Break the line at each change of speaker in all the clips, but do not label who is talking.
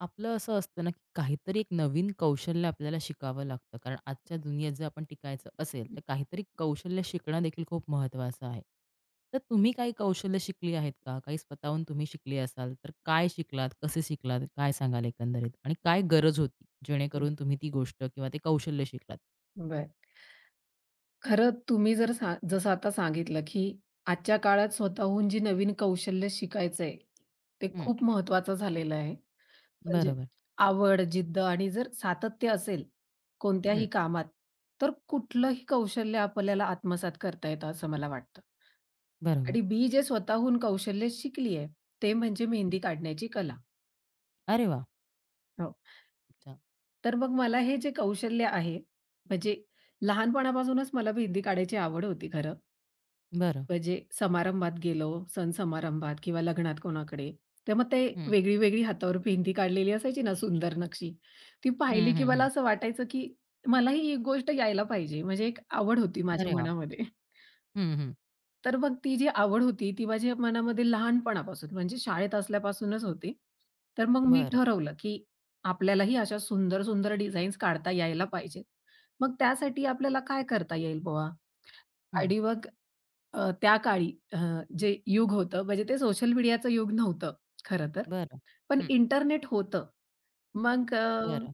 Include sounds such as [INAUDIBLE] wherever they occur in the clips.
आपलं असं असतं ना, की काहीतरी एक नवीन कौशल्य आपल्याला शिकावं लागतं. कारण आजच्या दुनियेत जर आपण टिकायचं असेल, तर काहीतरी कौशल्य शिकणं देखील खूप महत्त्वाचं आहे. तर तुम्ही काही कौशल्य शिकली आहेत का? काही स्वतःहून तुम्ही शिकली असाल, तर काय शिकलात? कसे शिकलात? काय सांगाल एकंदरीत? आणि काय गरज होती, जेणेकरून तुम्ही ती गोष्ट किंवा ते कौशल्य शिकलात?
बरं. खरं तुम्ही जर जसं आता सांगितलं, की आजच्या काळात स्वतःहून जी नवीन कौशल्य शिकायचंय, ते
हं,
खूप महत्त्वाचं झालेलं आहे. म्हणजे
बरोबर.
आवड, जिद्द आणि जर सातत्य असेल
हं,
कोणत्याही कामात, तर कुठलंही कौशल्य आपल्याला आत्मसात करता येतं असं मला वाटतं.
बरोबर.
आणि बी जे स्वतःहून कौशल्य शिकली आहे, ते म्हणजे मेहंदी काढण्याची कला.
अरे वाह!
हो.
खूप छान.
तर मग मला हे जे कौशल्य आहे, म्हणजे लहानपणापासूनच मला मेहंदी काढायची आवड होती खरं.
बरं.
म्हणजे समारंभात गेलो, सण समारंभात किंवा लग्नात कोणाकडे, तर मग ते
हं.
वेगळी-वेगळी हातावर मेहंदी काढलेली असायची ना सुंदर नक्षी, ती पाहिली
हं,
की
हं,
मला
हं.
असं वाटायचं की मलाही ही गोष्ट यायला पाहिजे. म्हणजे एक आवड होती माझ्या
अरे वाह!
मनामध्ये.
हं, हं.
तर मग ती जी आवड होती, ती माझ्या मनामध्ये लहानपणापासून म्हणजे शाळेत असल्यापासूनच होती. तर मग मी
बरं.
ठरवलं, की आपल्यालाही अशा सुंदर-सुंदर डिझाईन्स काढता यायला पाहिजेत. मग त्यासाठी आपल्याला काय करता येईल बुवा?
हं.
आणि मग त्या काळी जे युग होतं म्हणजे ते सोशल मीडियाचं युग नव्हतं खरं तर.
बरं.
पण
हं.
इंटरनेट होतं. मग
बरं.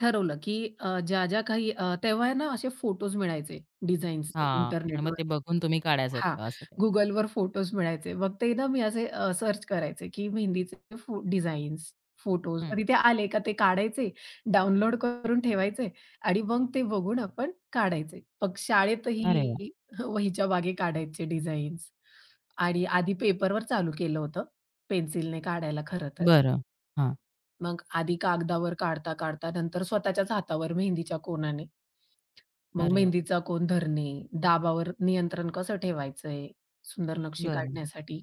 ठरवलं की ज्या काही तेव्हा आहे ना असे फोटोज मिळायचे डिझाईन्सचे
हां. आणि मग
इंटरनेटवर.
ते बघून तुम्ही काढायचात
हां,
का असं काही?
Googleवर फोटोज मिळायचे. मग ते ना मी असे सर्च करायचे की मेहंदीचे डिझाईन्स, फोटोज.
हं.
मग तिथे आले का ते काढायचे, डाउनलोड करून ठेवायचे आणि मग ते बघून आपण काढायचे. मग
अरे वाह!
शाळेतही वहीच्या मागे काढायचे डिझाईन्स आणि आधी पेपरवर चालू केलं होतं, पेन्सिलने काढायला खरं तर.
बरं. हां.
मग आधी कागदावर काढता-काढता नंतर स्वतःच्याच हातावर मेहंदीच्या कोनाने. मग
अरे वाह!
मेहंदीचा कोन धरणे, दाबावर नियंत्रण कसं ठेवायचंय, सुंदर नक्षी
बरं.
काढण्यासाठी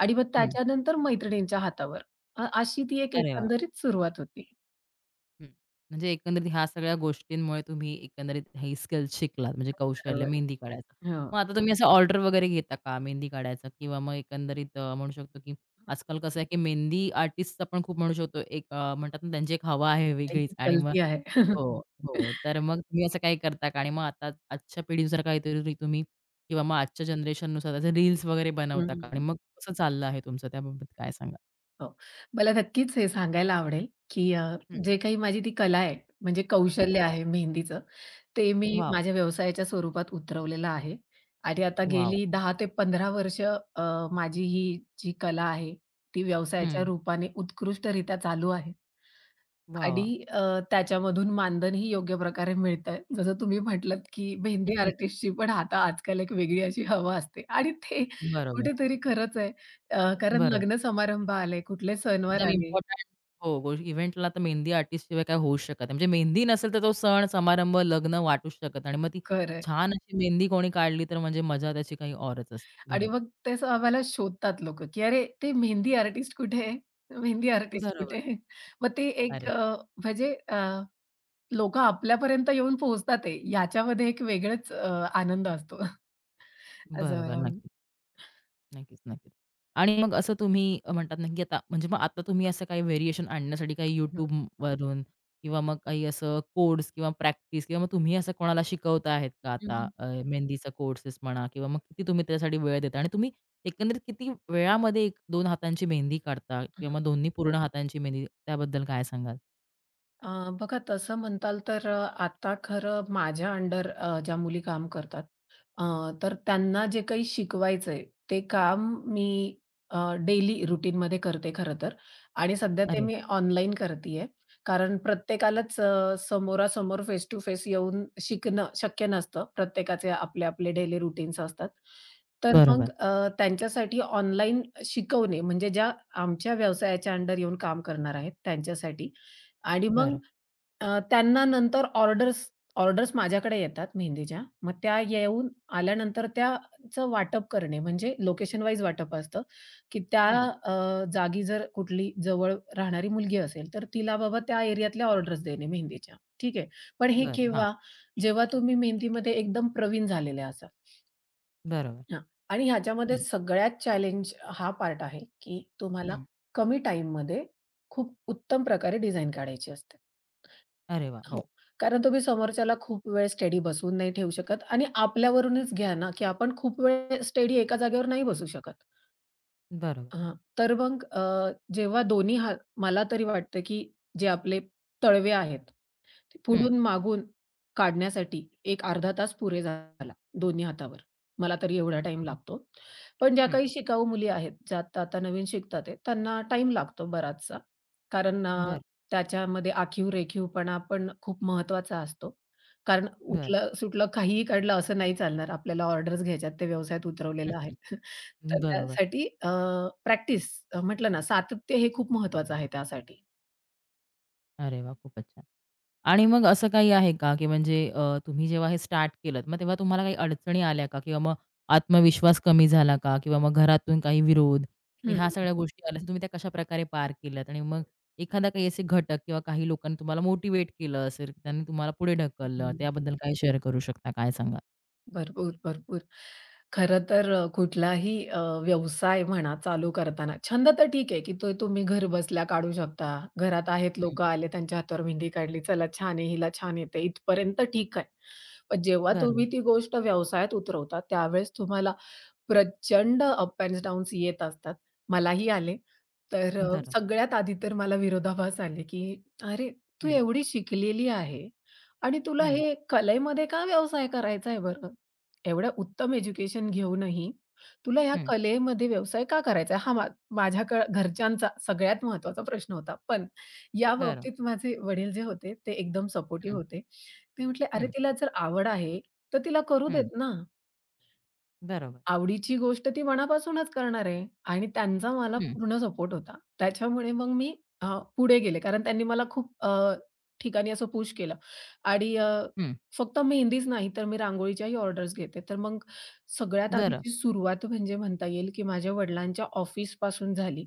आणि मग
हं.
त्याच्यानंतर मैत्रिणींच्या हातावर. अशी ती एक
अरे वाह!
एकंदरीत सुरुवात होती.
हं. म्हणजे एकंदरीत ह्या सगळ्या गोष्टींमुळे तुम्ही एकंदरीत हे स्किल्स शिकलात, म्हणजे कौशल्य
बरोबर.
मेहंदी हो. काढायचं.
हो.
मग आता तुम्ही असं ऑर्डर वगैरे घेता का मेहंदी काढायचं? किंवा मग एकंदरीत म्हणू शकतो, की आजकाल कसं आहे, की मेहंदी आर्टिस्टचा पण खूप म्हणू शकतो एक म्हणतात ना, त्यांची एक हवा आहे वेगळीच
आणि
आणि मग
चलती आहे.
हो, हो. तर
[LAUGHS]
मग तुम्ही असं काही करता का? आणि मग आता आजच्या पिढीनुसार काहीतरी तुम्ही किंवा मग आजच्या जनरेशननुसार त्याचे रील्स वगैरे बनवता का? आणि
हं.
मग कसं चाललं आहे तुमचं त्याबाबत काय सांगाल?
हो. मला नक्कीच हे सांगायला आवडेल, की
हं.
जे काही माझी ती कला आहे, म्हणजे कौशल्य
बरं.
आहे मेहंदीचं, ते मी
वॉव!
माझ्या व्यवसायाच्या स्वरूपात उतरवलेलं आहे आणि आता
वॉव!
गेली 10 ते 15 वर्ष माझी ही जी कला आहे, ती व्यवसायाच्या
हं.
रूपाने उत्कृष्टरित्या चालू आहे
वाह,
आणि
वाह!
अ, त्याच्यामधून मानधनही योग्य प्रकारे मिळतंय. जसं तुम्ही म्हटलात, की मेहंदी
[LAUGHS]
आर्टिस्टची पण आता आजकाल एक वेगळी अशी हवा असते आणि ते
बरोबर,
कुठेतरी खरंच आहे. कारण
बरोबर.
लग्न समारंभ आले, कुठले
एकदम
सणवार आले.
इम्पोर्टंट हो, गो इव्हेंटला तर मेहंदी आर्टिस्टशिवाय काय होऊच शकत नाही. म्हणजे मेहंदी नसेल तर तो सण, समारंभ, लग्न वाटूच शकत आणि मग ती
खरं
छान अशी मेहंदी कोणी काढली तर म्हणजे मजा त्याची काही औरच असते.
आणि
बरोबर.
मग तसं आम्हाला शोधतात लोकं, की "अरे, ते मेहंदी आर्टिस्ट कुठे आहे? मेहंदी आर्टिस्ट
बरोबर.
कुठे आहे?" मग ते एक
अरे,
म्हणजे अ, लोकं आपल्यापर्यंत येऊन पोहोचतात आहे. याच्यामध्ये एक वेगळंच आनंद असतो [LAUGHS] असं
बरोबर.
मला वाटतं.
नक्कीच. नक्कीच, नक्कीच. आणि मग असं तुम्ही म्हणतात ना, की आता म्हणजे मग आता तुम्ही असं काही व्हेरिएशन आणण्यासाठी काही
हं.
YouTubeवरून किंवा मग काही असं कोर्स किंवा प्रॅक्टिस किंवा मग तुम्ही असं कोणाला शिकवता आहेत का आता मेहंदीचा कोर्सेस म्हणा किंवा मग किती तुम्ही त्यासाठी वेळ देता आणि तुम्ही एकंदरीत किती वेळामध्ये एक 2 हातांची मेहंदी काढता किंवा मग दोन्ही पूर्ण हातांची मेहंदी त्याबद्दल काय सांगाल?
अ, बघा तसं म्हणताल तर आता खरं माझ्या अंडर ज्या मुली काम करतात, अ, तर त्यांना जे काही शिकवायचंय ते काम मी अ, डेली रुटीनमध्ये करते खरं तर आणि सध्या ते
अरे,
मी ऑनलाईन करतीये. कारण प्रत्येकालाच समोरासमोर फेस टू फेस येऊन शिकणं शक्य नसतं. प्रत्येकाचे आपले आपले डेली रुटीन्स असतात. तर मग
बरोबर.
त्यांच्यासाठी ऑनलाईन शिकवणे म्हणजे ज्या आमच्या व्यवसायाच्या अंडर येऊन काम करणार आहेत त्यांच्यासाठी आणि मग
बरं.
त्यांना नंतर ऑर्डर्स ऑर्डर्स माझ्याकडे येतात मेहंदीच्या. मग त्या येऊन आल्यानंतर त्याचं वाटप करणे म्हणजे लोकेशन वाईज वाटप असतं, की त्या
हं,
अ, जागी जर कुठली जवळ राहणारी मुलगी असेल, तर तिला बाबा त्या एरियातल्या ऑर्डर्स देणे मेहंदीच्या. ठीक आहे. पण हे
बरं. हां.
केव्हा? जेव्हा तुम्ही मेहंदीमध्ये एकदम प्रवीण झालेले असाल.
बरोबर.
हां. आणि ह्याच्यामध्ये
हं,
सगळ्यात चॅलेंज हा पार्ट आहे, की तुम्हाला
हं.
कमी टाईममध्ये खूप उत्तम प्रकारे डिझाइन काढायची असते.
अरे वाह!
हो.
हो.
कारण तुम्ही समोरच्याला खूप वेळ स्टेडी बसवून नाही ठेवू शकत आणि आपल्यावरूनच घ्या ना, की आपण खूप वेळ स्टेडी एका जागेवर नाही बसू शकत.
बरोबर.
हां. तर मग जेव्हा दोन्ही हात मला तरी वाटतं, की जे आपले तळवे आहेत, ते
हं,
पुढून मागून काढण्यासाठी 1 अर्धा तास पुरे झाला दोन्ही हातावर. मला तरी एवढा टाईम लागतो. पण ज्या
हं.
काही शिकाऊ मुली आहेत, ज्या आता-आता नवीन शिकतात आहे, त्यांना टाईम लागतो बराचसा. कारण
बरं,
त्याच्यामध्ये आखीव-रेखीवपणा पण खूप महत्त्वाचा असतो. कारण
बरं.
उठलं-सुटलं काहीही काढलं असं नाही चालणार. आपल्याला ऑर्डर्स घ्यायच्यात, ते व्यवसायात उतरवलेलं आहे.
हं,
तर
बरोबर.
त्यासाठी प्रॅक्टिस म्हटलं ना सातत्य हे खूप महत्वाचं आहे त्यासाठी.
अरे वाह! खूपच छान. आणि मग असं काही आहे का, की म्हणजे तुम्ही जेव्हा हे स्टार्ट केलत, मग तेव्हा तुम्हाला काही अडचणी आल्या का? किंवा मग आत्मविश्वास कमी झाला का? किंवा मग घरातून काही विरोध, मग
हं,
ह्या सगळ्या गोष्टी आल्या, तर तुम्ही त्या कशाप्रकारे पार केल्यात? आणि मग एखादा काही असे घटक किंवा काही लोकांनी तुम्हाला मोटिव्हेट केलं असेल, त्यांनी तुम्हाला पुढे ढकललं,
हं.
त्याबद्दल काय शेअर करू शकता? काय सांगाल?
भरपूर, भरपूर. खरं तर कुठलाही व्यवसाय म्हणा चालू करताना छंद तर ठीक आहे, की तो तुम्ही घर बसल्या काढू शकता. घरात आहेत
हं.
लोकं आले त्यांच्या हातावर मेहंदी काढली, चला छान आहे, हिला छान येते इथपर्यंत ठीक आहे. पण जेव्हा
बरोबर.
तुम्ही ती गोष्ट व्यवसायात उतरवता त्यावेळेस तुम्हाला प्रचंड अप अँड डाउन्स येत असतात. मलाही आले. तर
बरोबर.
सगळ्यात आधी तर मला विरोधाभास आले, की "अरे, तू
हं,
एवढी शिकलेली आहे आणि तुला
हं,
हे कलेमध्ये का व्यवसाय करायचा आहे बरं? एवढं उत्तम एज्युकेशन घेऊनही तुला ह्या
हं.
कलेमध्ये व्यवसाय का करायचा आहे?" हा मा माझ्या घरच्यांचा सगळ्यात महत्त्वाचा प्रश्न होता. पण या
बरं.
बाबतीत माझे वडील जे होते, ते एकदम सपोर्टिव्ह
हं,
होते. ते म्हटले, "अरे,
हं,
तिला जर आवड आहे, तर तिला करू
हं.
देत ना."
बरोबर.
आवडीची गोष्ट ती मनापासूनच करणार आहे आणि त्यांचा मला
हं,
पूर्ण सपोर्ट होता. त्याच्यामुळे मग मी पुढे गेले. कारण त्यांनी मला खूप ठिकाणी असं पुश केलं आणि
हं.
फक्त मेहंदीच नाही तर मी रांगोळीच्याही ऑर्डर्स घेते. तर मग सगळ्यात
बरं,
आधीची सुरुवात म्हणजे म्हणता येईल, की माझ्या वडिलांच्या ऑफिसपासून झाली.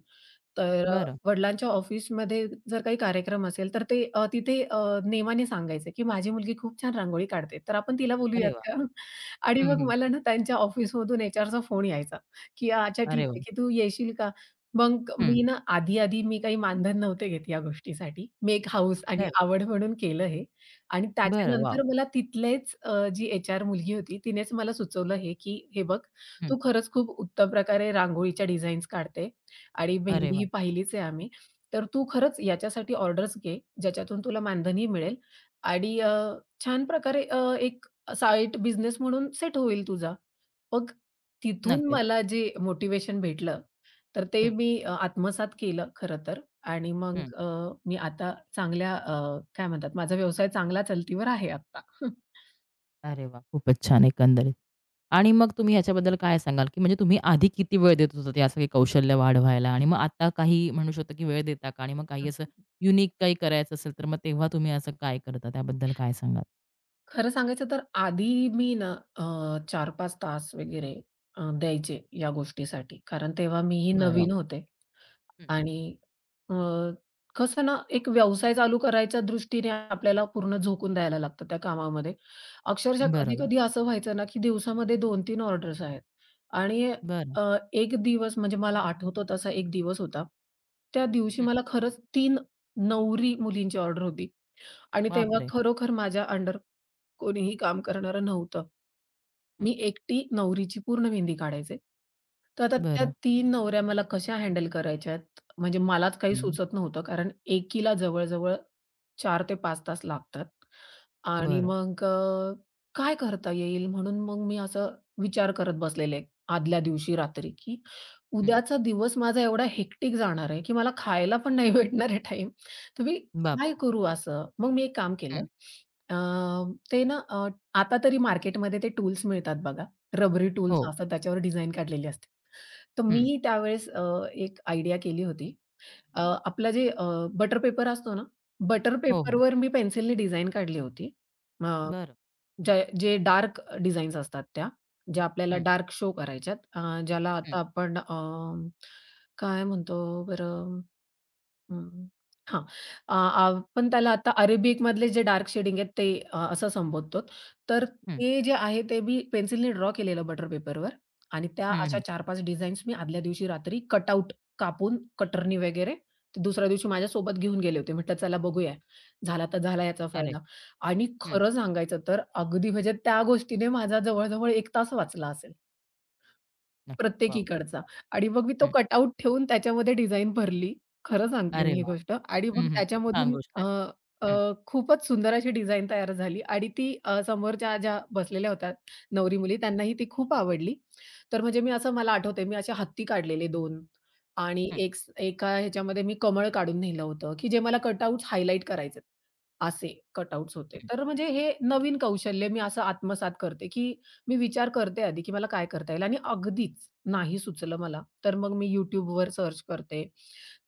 तर
बरं.
वडिलांच्या ऑफिसमध्ये जर काही कार्यक्रम असेल तर ते तिथे नेमाने सांगायचे, की माझी मुलगी खूप छान रांगोळी काढते. तर आपण तिला
अरे
बोलूयात
वाह!
का? आणि
हं,
मग
हं.
मला ना त्यांच्या ऑफिसमधून एचआरचा फोन यायचा, की "अच्छा ठीक
अरे
आहे,
वाह!
की तू येशील का?" मग मी ना आधी-आधी मी काही मानधन नव्हते घेत या गोष्टीसाठी. मी एक हौस आणि
बरं,
आवड म्हणून केलं हे आणि
बरं. वॉव!
त्याच्यानंतर मला तिथलेच जी एचआर मुलगी होती तिनेच मला सुचवलं हे, की "हे बघ,
हं.
तू खरंच खूप उत्तम प्रकारे रांगोळीच्या डिझाईन्स काढते आणि
अरे
मेहंदी ही
वाह!
पाहिलीच आहे आम्ही. तर तू खरंच याच्यासाठी ऑर्डर्स घे, ज्याच्यातून तुला मानधनही मिळेल आणि छान प्रकारे एक साईड बिझनेस म्हणून सेट होईल तुझा. मग तिथून
नक्कीच.
मला जे मोटिव्हेशन भेटलं, तर ते
हं,
मी आत्मसात केलं खरं तर आणि
हं.
मग मी आता चांगल्या काय म्हणतात माझा व्यवसाय चांगला चलतीवर आहे आता. [LAUGHS] हं,
अरे वाह! खूपच छान एकंदरीत. आणि मग तुम्ही ह्याच्याबद्दल काय सांगाल, की म्हणजे तुम्ही आधी किती वेळ देत होतात या सगळी कौशल्य वाढवायला आणि मग आता काही म्हणू शकतो, की वेळ देता का? आणि मग काही
हं.
असं युनिक काही करायचं असेल, तर मग तेव्हा तुम्ही असं काय करता? त्याबद्दल काय सांगाल?
खरं सांगायचं तर आधी मी ना अ, 4-5 तास वगैरे द्यायचे या गोष्टीसाठी कारण तेव्हा मीही
बरं.
नवीन होते.
हं.
आणि अ, कसं ना, एक व्यवसाय चालू करायच्या दृष्टीने आपल्याला पूर्ण झोकून द्यायला लागतं त्या कामामध्ये. अक्षरशः
बरोबर.
कधी-कधी असं व्हायचं ना, की दिवसामध्ये 2 तीन ऑर्डर्स आहेत आणि
बरं.
अ, एक दिवस म्हणजे मला आठवतो तसा एक दिवस होता. त्या दिवशी
हं.
मला खरंच 3 नवरी मुलींची ऑर्डर होती आणि तेव्हा
बापरे!
खरोखर माझ्या अंडर कोणीही काम करणारं नव्हतं.
हं.
मी एकटी नवरीची पूर्ण मेहंदी काढायचे. तर आता त्या
बरं.
तीन नवऱ्या मला कशा हँडल करायच्यात, म्हणजे मलाच काही
हं.
सुचत नव्हतं. कारण एकीला जवळ-जवळ 4 ते 5 तास लागतात आणि
बरं.
मग काय करता येईल? म्हणून मग मी असं विचार करत बसलेले आदल्या दिवशी रात्री, की
हं.
उद्याचा दिवस माझा एवढा हेक्टिक जाणार आहे, की मला खायला पण नाही भेटणार आहे टाईम. तर मी
बापरे!
काय करू असं? मग मी एक काम केलं
हं.
अ, ते ना अ, आता तरी मार्केटमध्ये ते टूल्स मिळतात बघा. रबरी टूल्स
हो.
असतात त्याच्यावर डिझाइन काढलेली असते. तर
हं.
मी त्यावेळेस एक आयडिया केली होती. अ, आपलं जे बटर पेपर असतो ना, बटर
हो, हो.
पेपरवर मी पेन्सिलने डिझाइन काढली होती. अ
बरं.
जे डार्क डिझाईन्स असतात त्या, ज्या आपल्याला
हं,
डार्क शो करायच्यात ज्याला
हं,
आता आपण काय म्हणतो बरं? हं, हां. आपण त्याला आता अरेबिकमधले जे डार्क शेडिंग आहेत ते असं संबोधतो. तर
हं.
ते जे आहे ते मी पेन्सिलने ड्रॉ केलेलं बटर पेपरवर आणि त्या
हं,
अशा
हं.
4-5 डिझाईन्स मी आदल्या दिवशी रात्री कटआउट कापून कटरनी वगैरे, ते दुसऱ्या दिवशी माझ्यासोबत घेऊन गेले होते. म्हटलं, "चला बघूया, झाला तर झाला याचा
अरे!
फायदा." आणि
हं.
खरं सांगायचं तर अगदी म्हणजे त्या गोष्टीने माझा जवळ-जवळ 1 तास वाचला असेल.
नक्की. वॉव! खूप
प्रत्येकीकडचा आणि मग मी तो
हं.
कटआउट ठेवून त्याच्यामध्ये डिझाइन भरली. खरं सांगते
अरे
मी ही
वाह!
गोष्ट आणि
हं,
मग
हं. खूप छान
त्याच्यामधून
गोष्ट
अ,
आहे.
अ,
हं,
खूपच सुंदर अशी डिझाइन तयार झाली आणि ती समोरच्या ज्या बसलेल्या होत्या नवरी-मुली त्यांनाही ती खूप आवडली. तर म्हणजे मी असं मला आठवतंय मी असे हत्ती काढलेले 2 आणि
हं,
एका ह्याच्यामध्ये मी कमळ काढून नेलं होतं, की जे मला कटआउट्स हायलाइट करायचेत. असे कटआउट्स होते.
हं.
तर म्हणजे हे नवीन कौशल्य मी असं आत्मसात करते, की मी विचार करते आधी, की मला काय करता येईल आणि अगदीच नाही सुचलं मला, तर मग मी YouTubeवर सर्च करते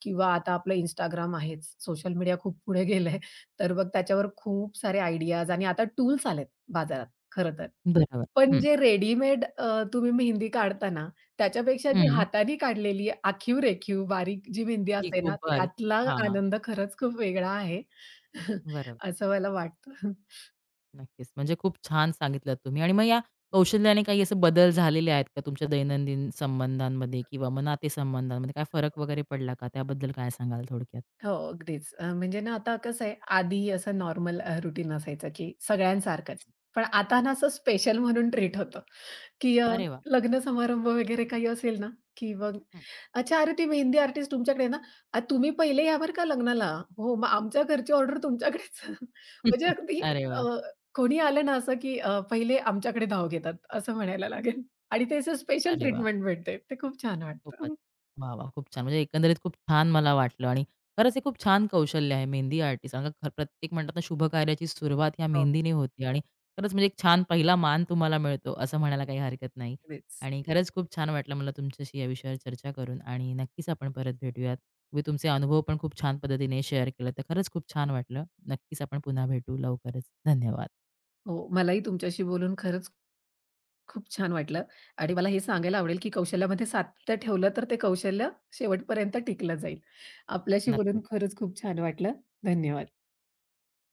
किंवा आता आपलं इंस्टाग्राम आहेच. सोशल मीडिया खूप पुढे गेलंय, तर मग त्याच्यावर खूप सारे आयडियाज आणि आता टूल्स आलेत बाजारात खरं तर.
बरोबर.
पण
हं,
जे रेडीमेड तुम्ही मेहंदी काढता त्याच्यापेक्षा जी
हं.
हाताने काढलेली आखीव-रेखीव बारीक जी मेहंदी
ही
असते
खूप
ना,
भारी.
त्यातला
हां,
आनंद खरंच खूप वेगळा आहे, [LAUGHS]
बरोबर.
असं मला वाटतं.
नक्कीच. म्हणजे खूप छान सांगितलं तुम्ही आणि मग या कौशल्याने काही असे बदल झालेले आहेत का तुमच्या दैनंदिन संबंधांमध्ये किंवा मग नातेसंबंधांमध्ये काय फरक वगैरे पडला का? त्याबद्दल काय सांगाल थोडक्यात?
हो, अगदीच. म्हणजे ना आता कसं आहे, आधी असं नॉर्मल रूटीन असायचं, की सगळ्यांसारखंच. पण आता ना असं स्पेशल म्हणून ट्रीट होतं, की हं.
अरे वाह!
लग्न समारंभ वगैरे काही असेल ना, की मग
हं.
"अच्छा, अरे ती मेहंदी आर्टिस्ट तुमच्याकडे आहे ना? तुम्ही पहिले या बरं का लग्नाला. हो, मग आमच्या घरची ऑर्डर तुमच्याकडेच." [LAUGHS] म्हणजे
[LAUGHS]
अगदी
अरे
अ,
वाह!
कोणी आलं ना असं, की पहिले आमच्याकडे धाव घेतात, असं म्हणायला लागेल. आणि ते असं स्पेशल
अरे वाह!
ट्रीटमेंट भेटते. ते खूप छान
खूपच.
वाटतं.
वाह! वाह! खूप छान. म्हणजे एकंदरीत खूप छान मला वाटलं आणि खरंच हे खूप छान कौशल्य आहे मेहंदी आर्टिस्ट. कारण का प्रत्येक म्हणतात ना शुभ कार्याची सुरुवात ह्या
हो,
मेहंदीने होते आणि खरंच म्हणजे एक छान पहिला मान तुम्हाला मिळतो असं म्हणायला काही हरकत नाही.
अगदीच.
आणि खरंच खूप छान वाटलं मला तुमच्याशी या विषयावर चर्चा करून आणि नक्कीच आपण परत भेटूयात. तुम्ही तुमचे अनुभव पण खूप छान पद्धतीने शेअर केले, तर खरंच खूप छान वाटलं. नक्कीच आपण पुन्हा भेटू लवकरच. धन्यवाद.
हो, मलाही तुमच्याशी बोलून खरंच खूप छान वाटलं आणि मला हे सांगायला आवडेल, की कौशल्यामध्ये सातत्य ठेवलं तर ते कौशल्य शेवटपर्यंत टिकलं जाईल. आपल्याशी बोलून
नक्कीच.
खरंच खूप छान वाटलं. धन्यवाद.